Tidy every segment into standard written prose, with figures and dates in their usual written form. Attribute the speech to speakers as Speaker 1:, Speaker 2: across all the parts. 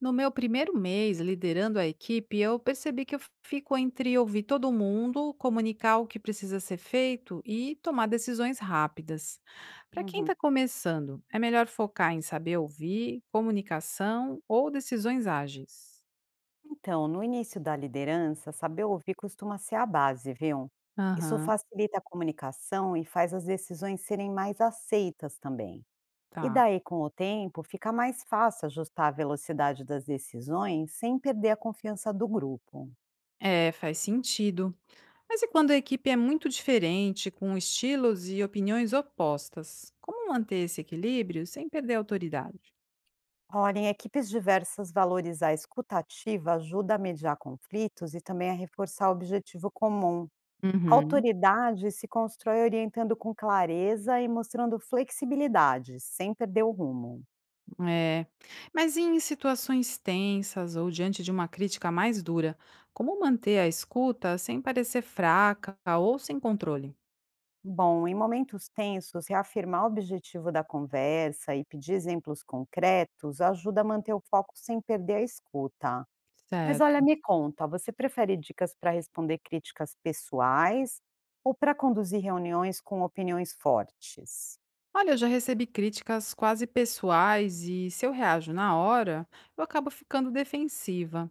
Speaker 1: No meu primeiro mês liderando a equipe, eu percebi que eu fico entre ouvir todo mundo, comunicar o que precisa ser feito e tomar decisões rápidas. Para quem
Speaker 2: Uhum.
Speaker 1: está começando, é melhor focar em saber ouvir, comunicação ou decisões ágeis?
Speaker 2: Então, no início da liderança, saber ouvir costuma ser a base, viu? Isso
Speaker 1: Aham,
Speaker 2: facilita a comunicação e faz as decisões serem mais aceitas também. E
Speaker 1: tá.
Speaker 2: daí, com o tempo, fica mais fácil ajustar a velocidade das decisões sem perder a confiança do grupo.
Speaker 1: É, faz sentido. Mas e quando a equipe é muito diferente, com estilos e opiniões opostas? Como manter esse equilíbrio sem perder a autoridade?
Speaker 2: Olha, em equipes diversas, valorizar a escutativa ajuda a mediar conflitos e também a reforçar o objetivo comum.
Speaker 1: Uhum.
Speaker 2: Autoridade se constrói orientando com clareza e mostrando flexibilidade, sem perder o rumo.
Speaker 1: É. Mas e em situações tensas ou diante de uma crítica mais dura, como manter a escuta sem parecer fraca ou sem controle?
Speaker 2: Bom, em momentos tensos, reafirmar o objetivo da conversa e pedir exemplos concretos ajuda a manter o foco sem perder a escuta. Mas olha,
Speaker 1: Certo.
Speaker 2: me conta, você prefere dicas para responder críticas pessoais ou para conduzir reuniões com opiniões fortes?
Speaker 1: Olha, eu já recebi críticas quase pessoais e se eu reajo na hora, eu acabo ficando defensiva.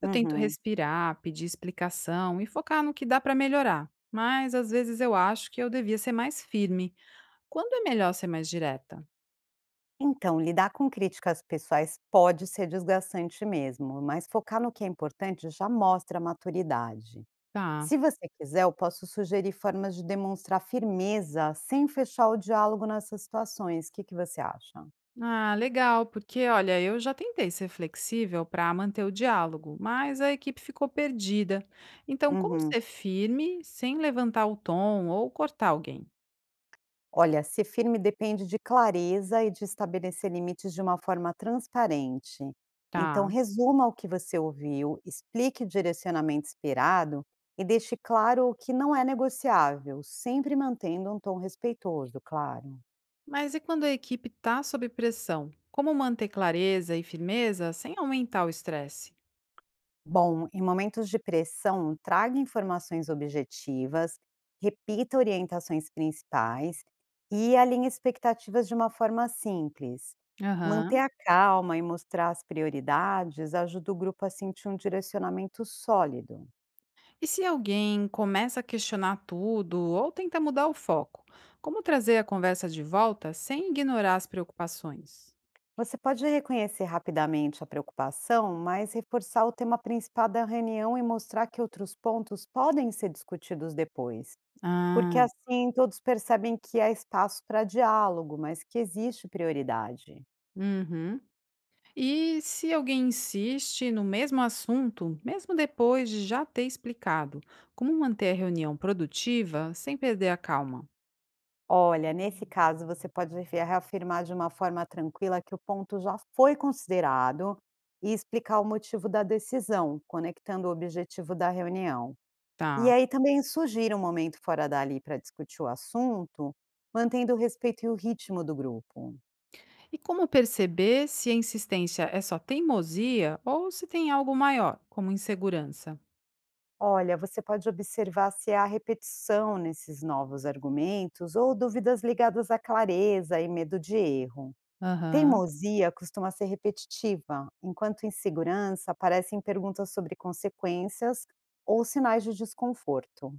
Speaker 1: Eu tento
Speaker 2: Uhum.
Speaker 1: respirar, pedir explicação e focar no que dá para melhorar, mas às vezes eu acho que eu devia ser mais firme. Quando é melhor ser mais direta?
Speaker 2: Então, lidar com críticas pessoais pode ser desgastante mesmo, mas focar no que é importante já mostra maturidade.
Speaker 1: Tá.
Speaker 2: Se você quiser, eu posso sugerir formas de demonstrar firmeza sem fechar o diálogo nessas situações. O que, que você acha?
Speaker 1: Ah, legal, porque olha, eu já tentei ser flexível para manter o diálogo, mas a equipe ficou perdida. Então, como
Speaker 2: Uhum.
Speaker 1: ser firme sem levantar o tom ou cortar alguém?
Speaker 2: Olha, ser firme depende de clareza e de estabelecer limites de uma forma transparente. Então,
Speaker 1: Tá.
Speaker 2: resuma o que você ouviu, explique o direcionamento esperado e deixe claro o que não é negociável, sempre mantendo um tom respeitoso, claro.
Speaker 1: Mas e quando a equipe está sob pressão? Como manter clareza e firmeza sem aumentar o estresse?
Speaker 2: Bom, em momentos de pressão, traga informações objetivas, repita orientações principais e alinhe expectativas de uma forma simples. Manter
Speaker 1: Aham.
Speaker 2: a calma e mostrar as prioridades ajuda o grupo a sentir um direcionamento sólido.
Speaker 1: E se alguém começa a questionar tudo ou tenta mudar o foco? Como trazer a conversa de volta sem ignorar as preocupações?
Speaker 2: Você pode reconhecer rapidamente a preocupação, mas reforçar o tema principal da reunião e mostrar que outros pontos podem ser discutidos depois. Porque
Speaker 1: Ah,
Speaker 2: assim todos percebem que há espaço para diálogo, mas que existe prioridade.
Speaker 1: uhum. E se alguém insiste no mesmo assunto, mesmo depois de já ter explicado, como manter a reunião produtiva sem perder a calma?
Speaker 2: Olha, nesse caso você pode reafirmar de uma forma tranquila que o ponto já foi considerado e explicar o motivo da decisão, conectando o objetivo da reunião. E
Speaker 1: Tá.
Speaker 2: aí também sugira um momento fora dali para discutir o assunto, mantendo o respeito e o ritmo do grupo.
Speaker 1: E como perceber se a insistência é só teimosia ou se tem algo maior, como insegurança?
Speaker 2: Olha, você pode observar se há repetição nesses novos argumentos ou dúvidas ligadas à clareza e medo de erro.
Speaker 1: Aham.
Speaker 2: Teimosia costuma ser repetitiva, enquanto insegurança aparecem perguntas sobre consequências ou sinais de desconforto.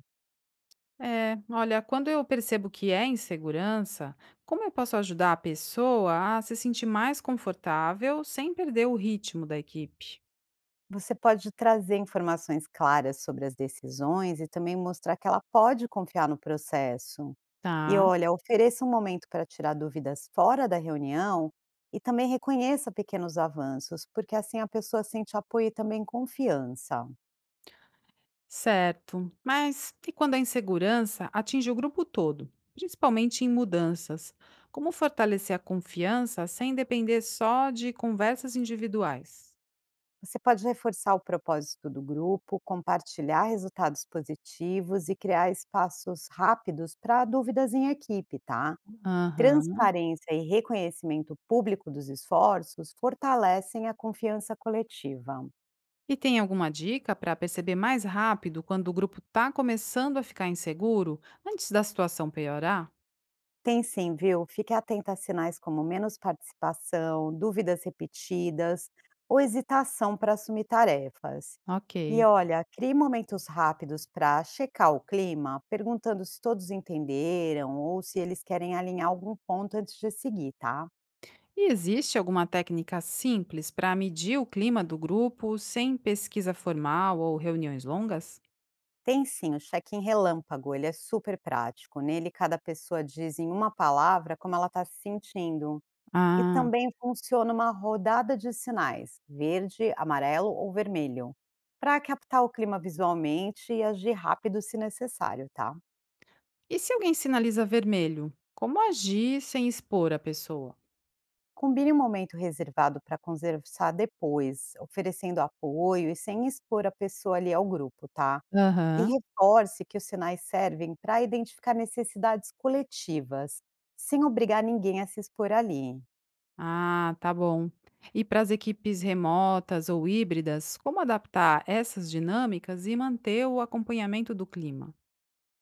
Speaker 1: É, olha, quando eu percebo que é insegurança, como eu posso ajudar a pessoa a se sentir mais confortável sem perder o ritmo da equipe?
Speaker 2: Você pode trazer informações claras sobre as decisões e também mostrar que ela pode confiar no processo. E
Speaker 1: Tá.
Speaker 2: olha, ofereça um momento para tirar dúvidas fora da reunião e também reconheça pequenos avanços, porque assim a pessoa sente apoio e também confiança.
Speaker 1: Certo. Mas e quando a insegurança atinge o grupo todo, principalmente em mudanças? Como fortalecer a confiança sem depender só de conversas individuais?
Speaker 2: Você pode reforçar o propósito do grupo, compartilhar resultados positivos e criar espaços rápidos para dúvidas em equipe, tá?
Speaker 1: Aham.
Speaker 2: Transparência e reconhecimento público dos esforços fortalecem a confiança coletiva.
Speaker 1: E tem alguma dica para perceber mais rápido quando o grupo está começando a ficar inseguro, antes da situação piorar?
Speaker 2: Tem sim, viu? Fique atenta a sinais como menos participação, dúvidas repetidas ou hesitação para assumir tarefas. E
Speaker 1: Ok.
Speaker 2: olha, crie momentos rápidos para checar o clima, perguntando se todos entenderam ou se eles querem alinhar algum ponto antes de seguir, tá?
Speaker 1: E existe alguma técnica simples para medir o clima do grupo sem pesquisa formal ou reuniões longas?
Speaker 2: Tem sim o check-in relâmpago, ele é super prático. Nele, cada pessoa diz em uma palavra como ela está se sentindo. E
Speaker 1: Ah.
Speaker 2: também funciona uma rodada de sinais, verde, amarelo ou vermelho, para captar o clima visualmente e agir rápido se necessário, tá?
Speaker 1: E se alguém sinaliza vermelho, como agir sem expor a pessoa?
Speaker 2: Combine um momento reservado para conversar depois, oferecendo apoio e sem expor a pessoa ali ao grupo, tá? E
Speaker 1: Aham.
Speaker 2: reforce que os sinais servem para identificar necessidades coletivas, sem obrigar ninguém a se expor ali.
Speaker 1: Ah, tá bom. E para as equipes remotas ou híbridas, como adaptar essas dinâmicas e manter o acompanhamento do clima?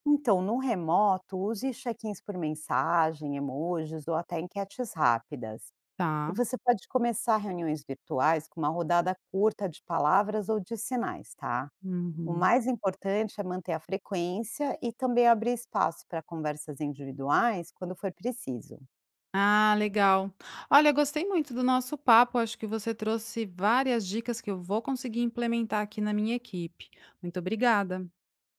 Speaker 2: Então, no remoto, use check-ins por mensagem, emojis ou até enquetes rápidas. E
Speaker 1: Tá.
Speaker 2: você pode começar reuniões virtuais com uma rodada curta de palavras ou de sinais, tá? O
Speaker 1: Uhum.
Speaker 2: mais importante é manter a frequência e também abrir espaço para conversas individuais quando for preciso.
Speaker 1: Ah, legal. Olha, gostei muito do nosso papo. Acho que você trouxe várias dicas que eu vou conseguir implementar aqui na minha equipe. Muito obrigada.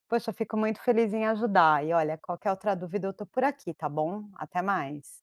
Speaker 2: Poxa, fico muito feliz em ajudar. E olha, qualquer outra dúvida eu tô por aqui, tá bom? Até mais.